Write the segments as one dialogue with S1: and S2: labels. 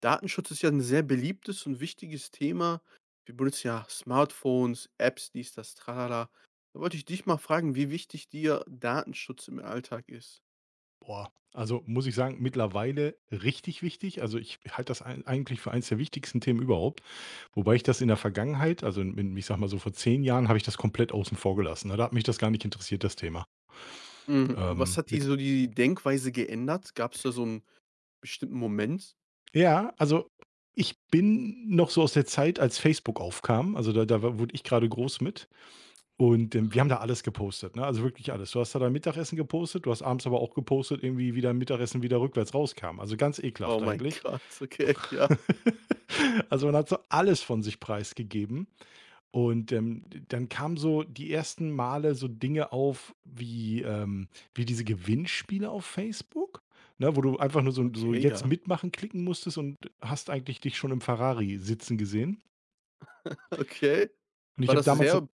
S1: Datenschutz ist ja ein sehr beliebtes und wichtiges Thema. Wir benutzen ja Smartphones, Apps, dies, das, tralala. Da wollte ich dich mal fragen, wie wichtig dir Datenschutz im Alltag ist.
S2: Boah, also muss ich sagen, mittlerweile richtig wichtig. Also ich halte das eigentlich für eines der wichtigsten Themen überhaupt. Wobei ich das in der Vergangenheit, also ich sag mal so vor 10 Jahren, habe ich das komplett außen vor gelassen, ne? Da hat mich das gar nicht interessiert, das Thema.
S1: Mhm. Und
S2: Ähm,
S1: was hat dir
S2: mit,
S1: so die Denkweise geändert? Gab es da so einen bestimmten Moment?
S2: ja, also ich bin noch so aus der Zeit, als Facebook aufkam. Also da wurde ich gerade groß mit. Und wir haben
S1: Aha.
S2: da alles gepostet, ne? Also wirklich alles. Du hast da dein Mittagessen gepostet, du hast abends aber auch gepostet, irgendwie wie dein Mittagessen wieder rückwärts rauskam. Also ganz
S1: Oh
S2: ekelhaft
S1: mein
S2: eigentlich.
S1: Gott, okay, ja.
S2: Also, man hat so alles von sich preisgegeben und dann kamen so die ersten Male so Dinge auf wie diese Gewinnspiele auf Facebook, ne, wo du einfach nur so
S1: Okay,
S2: „Jetzt
S1: ja.
S2: mitmachen“ klicken musstest und hast eigentlich dich schon im Ferrari sitzen gesehen.
S1: Okay.
S2: Und ich
S1: War
S2: habe
S1: das
S2: damals
S1: sehr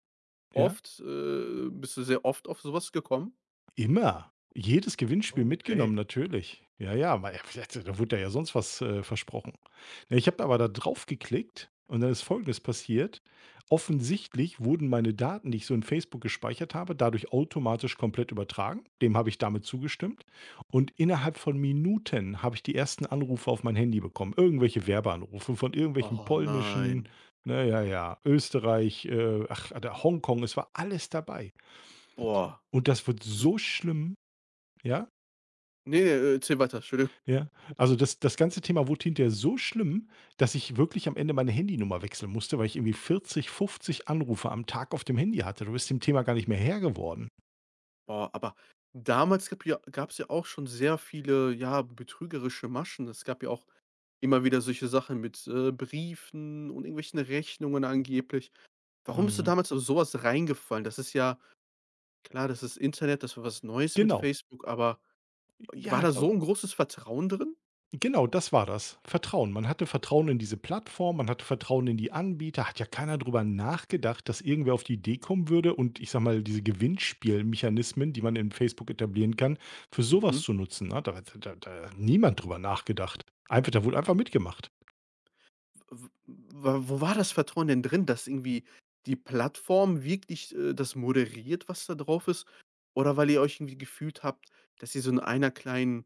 S2: ja?
S1: oft? Bist du sehr oft auf sowas gekommen?
S2: Immer. Jedes Gewinnspiel
S1: Oh, okay.
S2: mitgenommen, natürlich. Ja, ja, weil da wurde ja sonst was, versprochen. Ne, ich habe aber da drauf geklickt und dann ist Folgendes passiert: Offensichtlich wurden meine Daten, die ich so in Facebook gespeichert habe, dadurch automatisch komplett übertragen. Dem habe ich damit zugestimmt und innerhalb von Minuten habe ich die ersten Anrufe auf mein Handy bekommen. Irgendwelche Werbeanrufe von irgendwelchen
S1: Oh
S2: polnischen,
S1: nein.
S2: naja, ja, ja, Österreich, ach, da Hongkong, es war alles dabei.
S1: Boah.
S2: Und das wird
S1: Also
S2: so schlimm. Ja,
S1: ne, ne, erzähl weiter, Entschuldigung.
S2: ja. Also, das ganze Thema wurde hinterher so schlimm, dass ich wirklich am Ende meine Handynummer wechseln musste, weil ich irgendwie 40, 50 Anrufe am Tag auf dem Handy hatte. Du bist dem Thema gar nicht mehr Herr geworden.
S1: Boah, aber damals gab's ja auch schon sehr viele, ja, betrügerische Maschen. Es gab ja auch immer wieder solche Sachen mit, Briefen und irgendwelchen Rechnungen angeblich. Warum bist du
S2: Mhm.
S1: damals auf sowas reingefallen? Das ist ja klar, das ist Internet, das war was Neues mit
S2: Genau.
S1: Facebook, aber war
S2: Ja,
S1: da
S2: au
S1: so ein großes Vertrauen drin?
S2: genau, das war das. Vertrauen. Man hatte Vertrauen in diese Plattform, man hatte Vertrauen in die Anbieter, hat ja keiner drüber nachgedacht, dass irgendwer auf die Idee kommen würde und ich sage mal, diese Gewinnspielmechanismen, die man in Facebook etablieren kann, für sowas
S1: Mhm.
S2: zu nutzen, ne? Da hat niemand drüber nachgedacht. Einfach da wurde einfach mitgemacht.
S1: W wa wo war das Vertrauen denn drin, dass irgendwie die Plattform wirklich, das moderiert, was da drauf ist? Oder weil ihr euch irgendwie gefühlt habt, dass ihr so in einer kleinen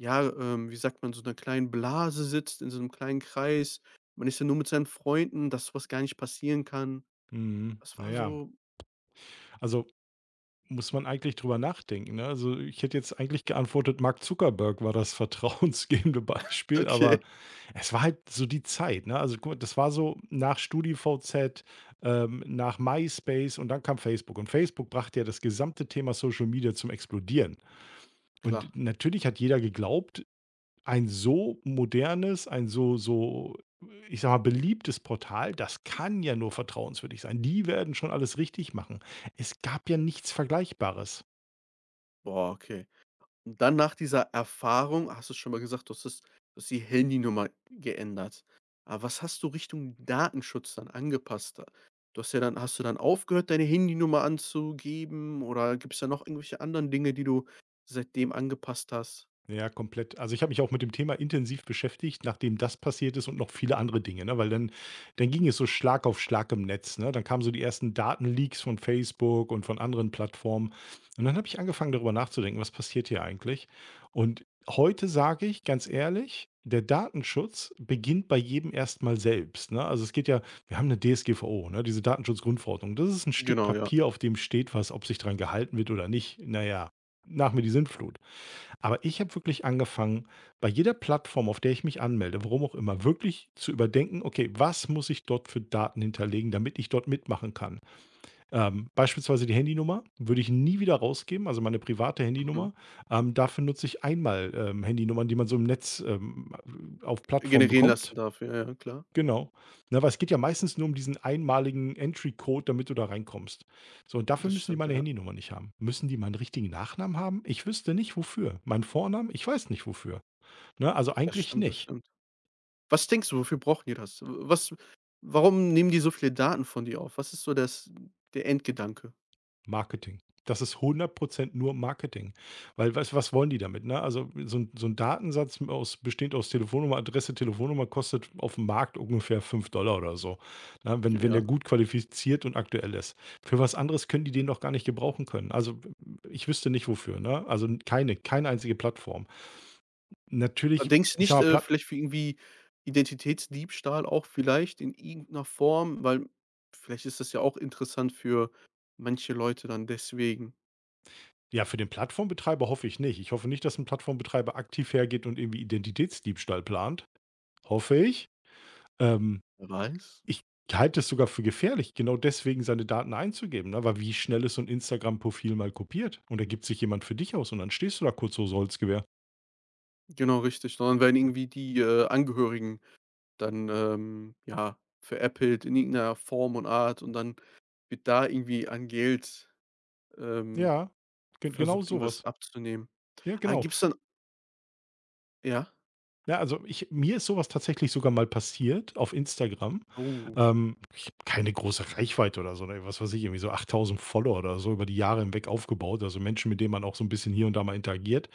S1: ja, wie sagt man, so einer kleinen Blase sitzt, in so einem kleinen Kreis. Man ist ja nur mit seinen Freunden, dass so was gar nicht passieren kann.
S2: Mhm.
S1: Das
S2: Na
S1: war
S2: ja,
S1: so.
S2: also muss man eigentlich drüber nachdenken, ne? Also, ich hätte jetzt eigentlich geantwortet, Mark Zuckerberg war das vertrauensgebende Beispiel,
S1: Okay,
S2: aber es war halt so die Zeit, ne? Also, guck mal, das war so nach StudiVZ, nach MySpace und dann kam Facebook. Und Facebook brachte ja das gesamte Thema Social Media zum Explodieren. Und
S1: klar.
S2: natürlich hat jeder geglaubt, ein so modernes, ein so, ich sage mal, beliebtes Portal, das kann ja nur vertrauenswürdig sein. Die werden schon alles richtig machen. Es gab ja nichts Vergleichbares.
S1: Boah, okay. Und dann nach dieser Erfahrung hast du schon mal gesagt, du hast die Handynummer geändert. Aber was hast du Richtung Datenschutz dann angepasst? Du hast ja dann hast du dann aufgehört, deine Handynummer anzugeben, oder gibt es da noch irgendwelche anderen Dinge, die du seitdem angepasst hast?
S2: Ja, komplett. Also, ich habe mich auch mit dem Thema intensiv beschäftigt, nachdem das passiert ist und noch viele andere Dinge, ne? Weil dann ging es so Schlag auf Schlag im Netz, ne? Dann kamen so die ersten Datenleaks von Facebook und von anderen Plattformen. Und dann habe ich angefangen, darüber nachzudenken: „Was passiert hier eigentlich?“ Und heute sage ich ganz ehrlich, der Datenschutz beginnt bei jedem erstmal selbst, ne? Also, es geht ja, wir haben 'ne DSGVO, ne, diese Datenschutzgrundverordnung. Das ist ein Stück
S1: Genau, ja.
S2: Papier, auf dem steht was, ob sich dran gehalten wird oder nicht. Na ja, nach mir die Sintflut. Aber ich habe wirklich angefangen, bei jeder Plattform, auf der ich mich anmelde, warum auch immer, wirklich zu überdenken: okay, was muss ich dort für Daten hinterlegen, damit ich dort mitmachen kann? Beispielsweise die Handynummer würde ich nie wieder rausgeben, also meine private
S1: Mhm.
S2: Handynummer. Dafür nutze ich einmal, Handynummern, die man so im Netz, auf Plattformen
S1: Generieren
S2: bekommt.
S1: lassen darf, ja, ja, klar.
S2: Genau. Na, weil es geht ja meistens nur um diesen einmaligen Entry-Code, damit du da reinkommst. So, und dafür
S1: Das
S2: müssen die
S1: stimmt,
S2: meine
S1: ja.
S2: Handynummer nicht haben. Müssen die meinen richtigen Nachnamen haben? Ich wüsste nicht wofür. Meinen Vornamen? Ich weiß nicht wofür. Ne, also
S1: Das
S2: eigentlich
S1: stimmt, das
S2: nicht.
S1: stimmt. Was denkst du, wofür brauchen die das? Was warum nehmen die so viele Daten von dir auf? Was ist so das der Endgedanke?
S2: Marketing. Das ist 100% nur Marketing, weil was wollen die damit, ne? Also, so 'n Datensatz aus bestehend aus Telefonnummer, Adresse, Telefonnummer kostet auf dem Markt ungefähr 5 Dollar oder so, ne, wenn der
S1: Ja.
S2: gut qualifiziert und aktuell ist. Für was anderes können die den doch gar nicht gebrauchen können. Also, ich wüsste nicht wofür, ne? Also, keine einzige Plattform. Natürlich,
S1: Denkst du
S2: ich sage
S1: nicht,
S2: mal, Platt
S1: vielleicht für irgendwie Identitätsdiebstahl auch vielleicht in irgendeiner Form? Weil vielleicht ist das ja auch interessant für manche Leute dann deswegen.
S2: ja, für den Plattformbetreiber hoffe ich nicht. Ich hoffe nicht, dass ein Plattformbetreiber aktiv hergeht und irgendwie Identitätsdiebstahl plant, hoffe ich. Ähm
S1: Wer weiß?
S2: Ich halte es sogar für gefährlich, genau deswegen seine Daten einzugeben, ne? Weil wie schnell ist so ein Instagram-Profil mal kopiert? Und da gibt sich jemand für dich aus und dann stehst du da kurz so Holzgewehr.
S1: Genau, richtig. Sondern werden irgendwie die, Angehörigen dann, ja, veräppelt in irgendeiner Form und Art und dann wird da irgendwie an Geld, ähm,
S2: Ja, genau
S1: versucht, irgendwas
S2: sowas.
S1: abzunehmen.
S2: Ja,
S1: Ah,
S2: genau.
S1: gibt's dann ja?
S2: Ja, also ich mir ist sowas tatsächlich sogar mal passiert auf Instagram.
S1: Oh.
S2: Ich habe keine große Reichweite oder so, ne? Was weiß ich, irgendwie so 8.000 Follower oder so über die Jahre hinweg aufgebaut. Also Menschen, mit denen man auch so ein bisschen hier und da mal interagiert.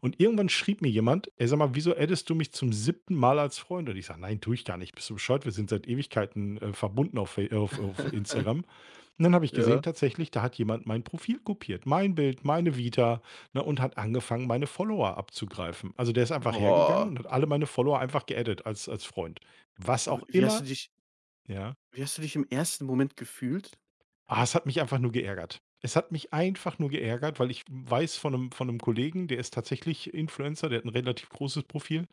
S2: Und irgendwann schrieb mir jemand: „Ey, sag mal, wieso addest du mich zum siebten Mal als Freund?“ Und ich sage: „Nein, tue ich gar nicht. Bist du bescheuert? Wir sind seit Ewigkeiten, verbunden auf Fa auf Instagram.“ Und dann habe ich gesehen
S1: Ja.
S2: tatsächlich, da hat jemand mein Profil kopiert, mein Bild, meine Vita, ne, und hat angefangen, meine Follower abzugreifen. Also, der ist einfach hergegangen
S1: Boah.
S2: und hat alle meine Follower einfach geaddet als Freund. Was
S1: Aber
S2: auch immer, ja.
S1: Wie hast du dich im ersten Moment gefühlt?
S2: Ah, es hat mich einfach nur geärgert. Es hat mich einfach nur geärgert, weil ich weiß von einem Kollegen, der ist tatsächlich Influencer, der hat ein relativ großes Profil.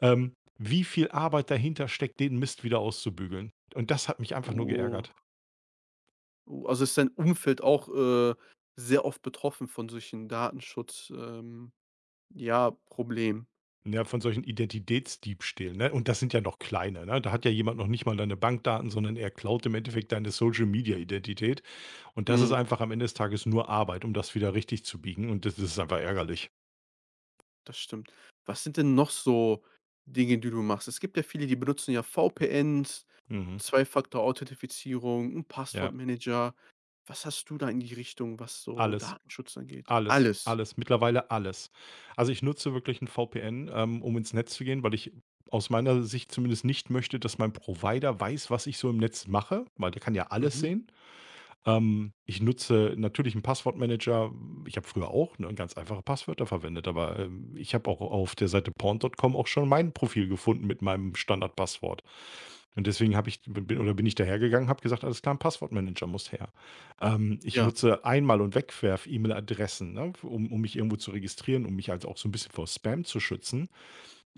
S2: Ähm, Wie viel Arbeit dahinter steckt, den Mist wieder auszubügeln. Und das hat mich einfach nur
S1: Oh,
S2: geärgert.
S1: oh, also ist dein Umfeld auch, sehr oft betroffen von solchen Datenschutz ja, Problemen.
S2: Ja, von solchen Identitätsdiebstählen, ne? Und das sind ja noch kleine, ne? Da hat ja jemand noch nicht mal deine Bankdaten, sondern er klaut im Endeffekt deine Social-Media-Identität. Und das ist
S1: Mhm,
S2: einfach am Ende des Tages nur Arbeit, um das wieder richtig zu biegen. Und das ist einfach ärgerlich.
S1: das stimmt. Was sind denn noch so Dinge, die du machst? Es gibt ja viele, die benutzen ja VPNs,
S2: Mhm.
S1: Zwei-Faktor-Authentifizierung, 'n
S2: Ja,
S1: Passwortmanager. Was hast du da in die Richtung, was so
S2: alles.
S1: Datenschutz angeht?
S2: Alles,
S1: Alles.
S2: alles, mittlerweile alles. Also, ich nutze wirklich ein V P 'n VPN, um ins Netz zu gehen, weil ich aus meiner Sicht zumindest nicht möchte, dass mein Provider weiß, was ich so im Netz mache, weil der kann ja alles
S1: Mhm.
S2: sehen. Ich nutze natürlich einen Passwortmanager. Ich habe früher auch, ne, ganz einfache Passwörter verwendet, aber ich habe auch auf der Seite porn.com auch schon mein Profil gefunden mit meinem Standardpasswort. Und deswegen habe ich bin oder bin ich da hergegangen, habe gesagt: „Alles klar, 'n Passwortmanager muss her.“ Ich
S1: Ja.
S2: nutze Einmal- und Wegwerf-E-Mail-Adressen, ne, um mich irgendwo zu registrieren, um mich also auch so ein bisschen vor Spam zu schützen.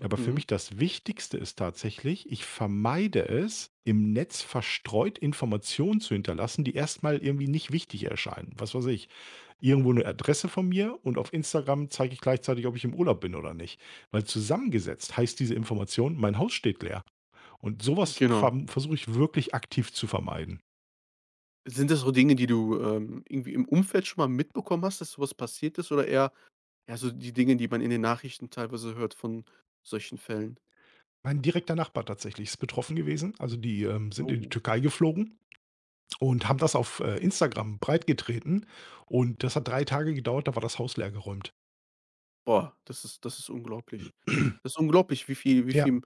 S2: Aber für mich das Wichtigste ist tatsächlich: ich vermeide es, im Netz verstreut Informationen zu hinterlassen, die erstmal irgendwie nicht wichtig erscheinen. Was weiß ich, irgendwo eine Adresse von mir und auf Instagram zeige ich gleichzeitig, ob ich im Urlaub bin oder nicht. Weil zusammengesetzt heißt diese Information: mein Haus steht leer. Und sowas
S1: Genau.
S2: versuche ich wirklich aktiv zu vermeiden.
S1: Sind das so Dinge, die du, irgendwie im Umfeld schon mal mitbekommen hast, dass so was passiert ist, oder eher, ja, so die Dinge, die man in den Nachrichten teilweise hört von solchen Fällen?
S2: Mein direkter Nachbar tatsächlich ist betroffen gewesen. Also die, sind in die
S1: Oh,
S2: Türkei geflogen und haben das auf Instagram breitgetreten, und das hat 3 Tage gedauert, da war das Haus leergeräumt.
S1: boah, das ist unglaublich. Das ist unglaublich, wie
S2: Ja,
S1: viel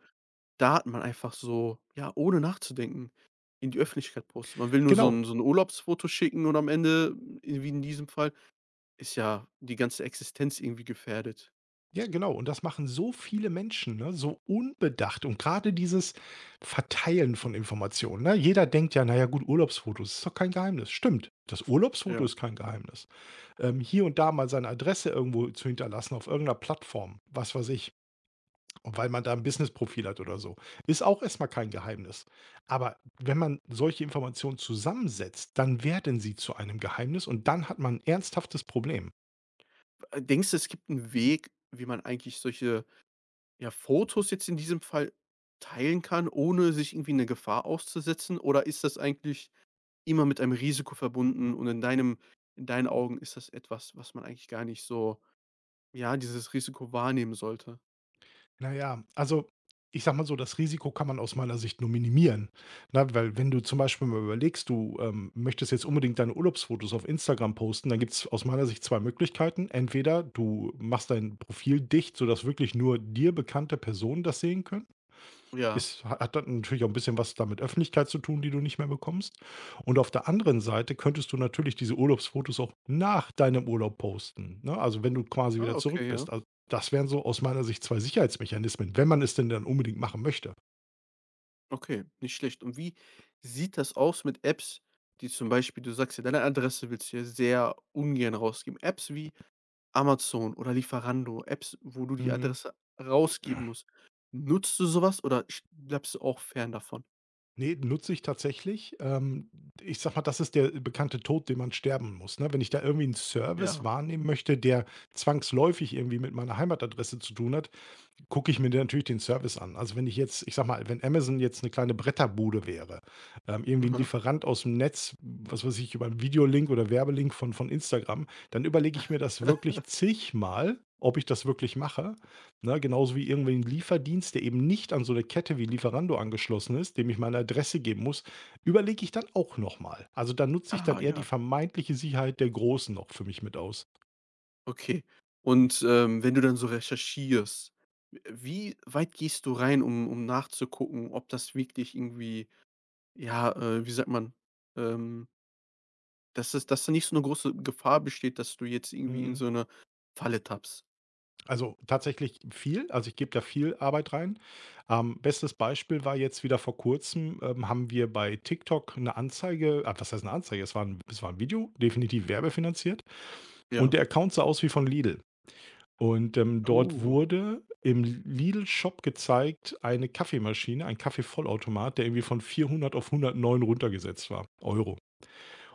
S1: Daten man einfach so, ja, ohne nachzudenken in die Öffentlichkeit postet. Man will nur
S2: genau.
S1: so ein Urlaubsfoto schicken und am Ende, in- wie in diesem Fall, ist ja die ganze Existenz irgendwie gefährdet.
S2: Ja, genau. Und das machen so viele Menschen, ne, so unbedacht, und gerade dieses Verteilen von Informationen, ne? Jeder denkt ja: „Na ja, gut, Urlaubsfotos ist doch kein Geheimnis.“ Stimmt, das Urlaubsfoto
S1: Ja.
S2: ist kein Geheimnis. Hier und da mal seine Adresse irgendwo zu hinterlassen auf irgendeiner Plattform, was weiß ich. Und weil man da ein Businessprofil hat oder so. Ist auch erst mal kein Geheimnis. Aber wenn man solche Informationen zusammensetzt, dann werden sie zu einem Geheimnis, und dann hat man 'n ernsthaftes Problem.
S1: Denkst du, es gibt einen Weg, wie man eigentlich solche Ja, Fotos jetzt in diesem Fall teilen kann, ohne sich irgendwie 'ne Gefahr auszusetzen? Oder ist das eigentlich immer mit einem Risiko verbunden und in deinem in deinen Augen ist das etwas, was man eigentlich gar nicht so ja, dieses Risiko wahrnehmen sollte?
S2: Na ja, also, ich sage mal so, das Risiko kann man aus meiner Sicht nur minimieren, ne? Weil wenn du zum Beispiel mal überlegst, du möchtest jetzt unbedingt deine Urlaubsfotos auf Instagram posten, dann gibt es aus meiner Sicht 2 Möglichkeiten. Entweder du machst dein Profil dicht, sodass wirklich nur dir bekannte Personen das sehen können.
S1: Ja.
S2: Ist hat dann natürlich auch ein bisschen was damit Öffentlichkeit zu tun, die du nicht mehr bekommst. Und auf der anderen Seite könntest du natürlich diese Urlaubsfotos auch nach deinem Urlaub posten, ne? Also, wenn du quasi
S1: Ah,
S2: wieder zurück
S1: okay, ja.
S2: bist. Also, das wären so aus meiner Sicht 2 Sicherheitsmechanismen, wenn man es denn dann unbedingt machen möchte.
S1: Okay, nicht schlecht. Und wie sieht das aus mit Apps, die zum Beispiel du sagst ja, deine Adresse willst du ja sehr ungern rausgeben. Apps wie Amazon oder Lieferando, Apps, wo du die
S2: Mhm.
S1: Adresse rausgeben musst. Nutzt du sowas oder sch bleibst du auch fern davon?
S2: Ne, nutze ich tatsächlich. Ich sage mal, das ist der bekannte Tod, den man sterben muss, ne? Wenn ich da irgendwie einen Service
S1: Ja.
S2: wahrnehmen möchte, der zwangsläufig irgendwie mit meiner Heimatadresse zu tun hat, gucke ich mir natürlich den Service an. Also, wenn ich jetzt ich sage mal, wenn Amazon jetzt eine kleine Bretterbude wäre, irgendwie ein
S1: Mhm.
S2: Lieferant aus dem Netz, was weiß ich, über 'n Videolink oder Werbelink von Instagram, dann überlege ich mir das wirklich zigmal, ob ich das wirklich mache, ne? Genauso wie irgendwie ein Lieferdienst, der eben nicht an so eine Kette wie Lieferando angeschlossen ist, dem ich meine Adresse geben muss, überlege ich dann auch noch mal. Also, da nutze ich
S1: Aha,
S2: dann
S1: ah,
S2: eher die
S1: ja,
S2: vermeintliche Sicherheit der Großen noch für mich mit aus.
S1: okay. Und, wenn du dann so recherchierst, wie weit gehst du rein, um um nachzugucken, ob das wirklich irgendwie ja, wie sagt man, ähm, dass es dass da nicht so eine große Gefahr besteht, dass du jetzt irgendwie in
S2: Mhm.
S1: so eine Falle tappst?
S2: Also tatsächlich viel. Also ich gebe da viel Arbeit rein. Bestes Beispiel war jetzt wieder vor kurzem, haben wir bei TikTok eine Anzeige. Ah, was heißt eine Anzeige? Es war ein Video, definitiv werbefinanziert. Und
S1: Ja.
S2: der Account sah aus wie von Lidl. Und dort
S1: Oh.
S2: wurde im Lidl-Shop gezeigt eine Kaffeemaschine, ein Kaffeevollautomat, der irgendwie von 400 auf 109 runtergesetzt war. Euro.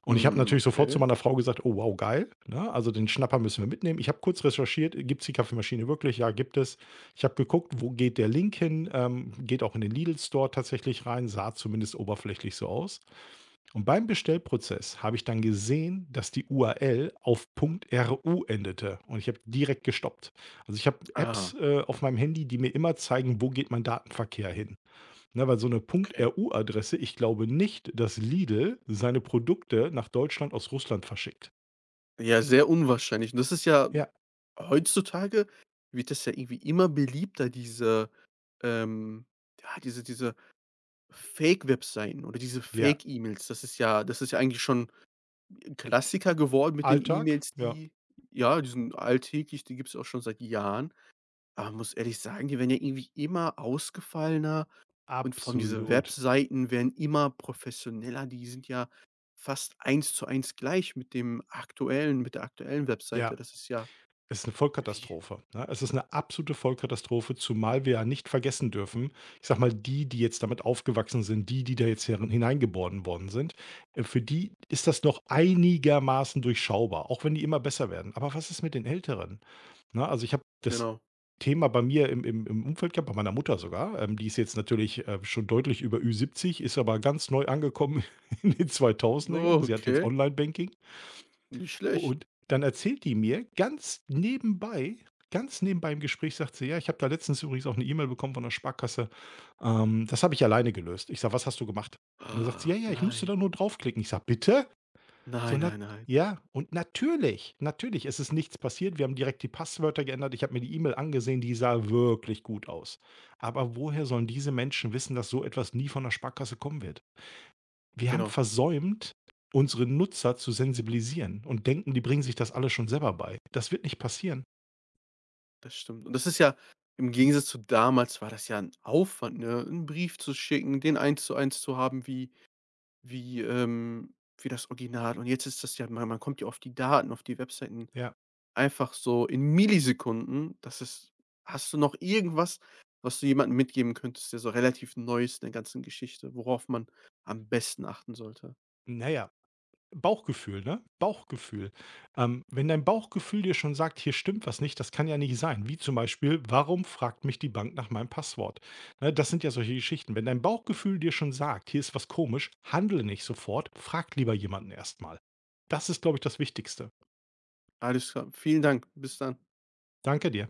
S2: Und ich habe
S1: Mhm,
S2: natürlich sofort zu
S1: okay.
S2: meiner Frau gesagt: „Oh wow, geil", ne? Also, den Schnapper müssen wir mitnehmen. Ich habe kurz recherchiert: Gibt es die Kaffeemaschine wirklich? Ja, gibt es. Ich habe geguckt, wo geht der Link hin? Geht auch in den Lidl Store tatsächlich rein, sah zumindest oberflächlich so aus. Und beim Bestellprozess habe ich dann gesehen, dass die URL auf .ru endete, und ich habe direkt gestoppt. Also, ich habe Apps,
S1: Ah,
S2: auf meinem Handy, die mir immer zeigen, wo geht mein Datenverkehr hin. Ne, weil so 'ne
S1: okay.
S2: .ru-Adresse, ich glaube nicht, dass Lidl seine Produkte nach Deutschland aus Russland verschickt.
S1: Ja, sehr unwahrscheinlich. Und das ist ja
S2: Ja,
S1: heutzutage wird das ja irgendwie immer beliebter, diese, ähm ja, diese diese Fake-Webseiten oder diese
S2: ja.
S1: Fake-E-Mails. Das ist ja eigentlich schon ein Klassiker geworden mit den
S2: Alltag?
S1: E-Mails,
S2: Ja,
S1: die ja, die sind alltäglich, die gibt es auch schon seit Jahren. Aber man muss ehrlich sagen, die werden ja irgendwie immer ausgefallener und vor allem diese
S2: absolut.
S1: Webseiten werden immer professioneller. Die sind ja fast eins zu eins gleich mit dem aktuellen mit der aktuellen Webseite.
S2: Ja,
S1: Das ist ja
S2: ist eine
S1: Wie?
S2: Vollkatastrophe, ne? Es ist eine absolute Vollkatastrophe, zumal wir ja nicht vergessen dürfen, ich sage mal, die, die jetzt damit aufgewachsen sind, die, die da jetzt herin hineingeboren worden sind, für die ist das noch einigermaßen durchschaubar, auch wenn die immer besser werden. Aber was ist mit den Älteren? Ne, also ich habe das
S1: Genau.
S2: Thema bei mir im Umfeld gehabt, bei meiner Mutter sogar. Die ist jetzt natürlich, schon deutlich über ü 70, ist aber ganz neu angekommen in den zweitausendern.
S1: Oh,
S2: Sie hat jetzt
S1: okay,
S2: Online-Banking,
S1: nicht schlecht.
S2: und dann erzählt die mir ganz nebenbei, ganz nebenbei im Gespräch sagt sie: „Ja, ich habe da letztens übrigens auch eine E-Mail bekommen von der Sparkasse, das habe ich alleine gelöst." Ich sage: „Was hast du gemacht?" Und dann sagt sie: „Ja,
S1: Ah,
S2: ja, ich musste
S1: nein,
S2: da nur draufklicken." Ich sage: „Bitte?" so
S1: nein,
S2: nat
S1: nein, nein.
S2: Ja, und natürlich, natürlich, es ist nichts passiert. Wir haben direkt die Passwörter geändert. Ich habe mir die E-Mail angesehen, die sah wirklich gut aus. Aber woher sollen diese Menschen wissen, dass so etwas nie von der Sparkasse kommen wird? Wir haben
S1: Genau,
S2: versäumt, unsere Nutzer zu sensibilisieren, und denken, die bringen sich das alles schon selber bei. Das wird nicht passieren.
S1: das stimmt. Und das ist ja im Gegensatz zu damals war das ja 'n Aufwand, ne, 'n Brief zu schicken, den eins zu haben wie wie, wie das Original. Und jetzt ist das ja man man kommt ja auf die Daten, auf die Webseiten
S2: Ja,
S1: einfach so in Millisekunden. Das ist hast du noch irgendwas, was du jemandem mitgeben könntest, der so relativ neu ist in der ganzen Geschichte, worauf man am besten achten sollte?
S2: naja, Bauchgefühl, ne? Bauchgefühl. Wenn dein Bauchgefühl dir schon sagt, hier stimmt was nicht, das kann ja nicht sein. Wie zum Beispiel, warum fragt mich die Bank nach meinem Passwort? Ne, das sind ja solche Geschichten. Wenn dein Bauchgefühl dir schon sagt, hier ist was komisch, handle nicht sofort, frag lieber jemanden erstmal. Das ist, glaube ich, das Wichtigste.
S1: Alles klar. Vielen Dank. Bis dann.
S2: Danke dir.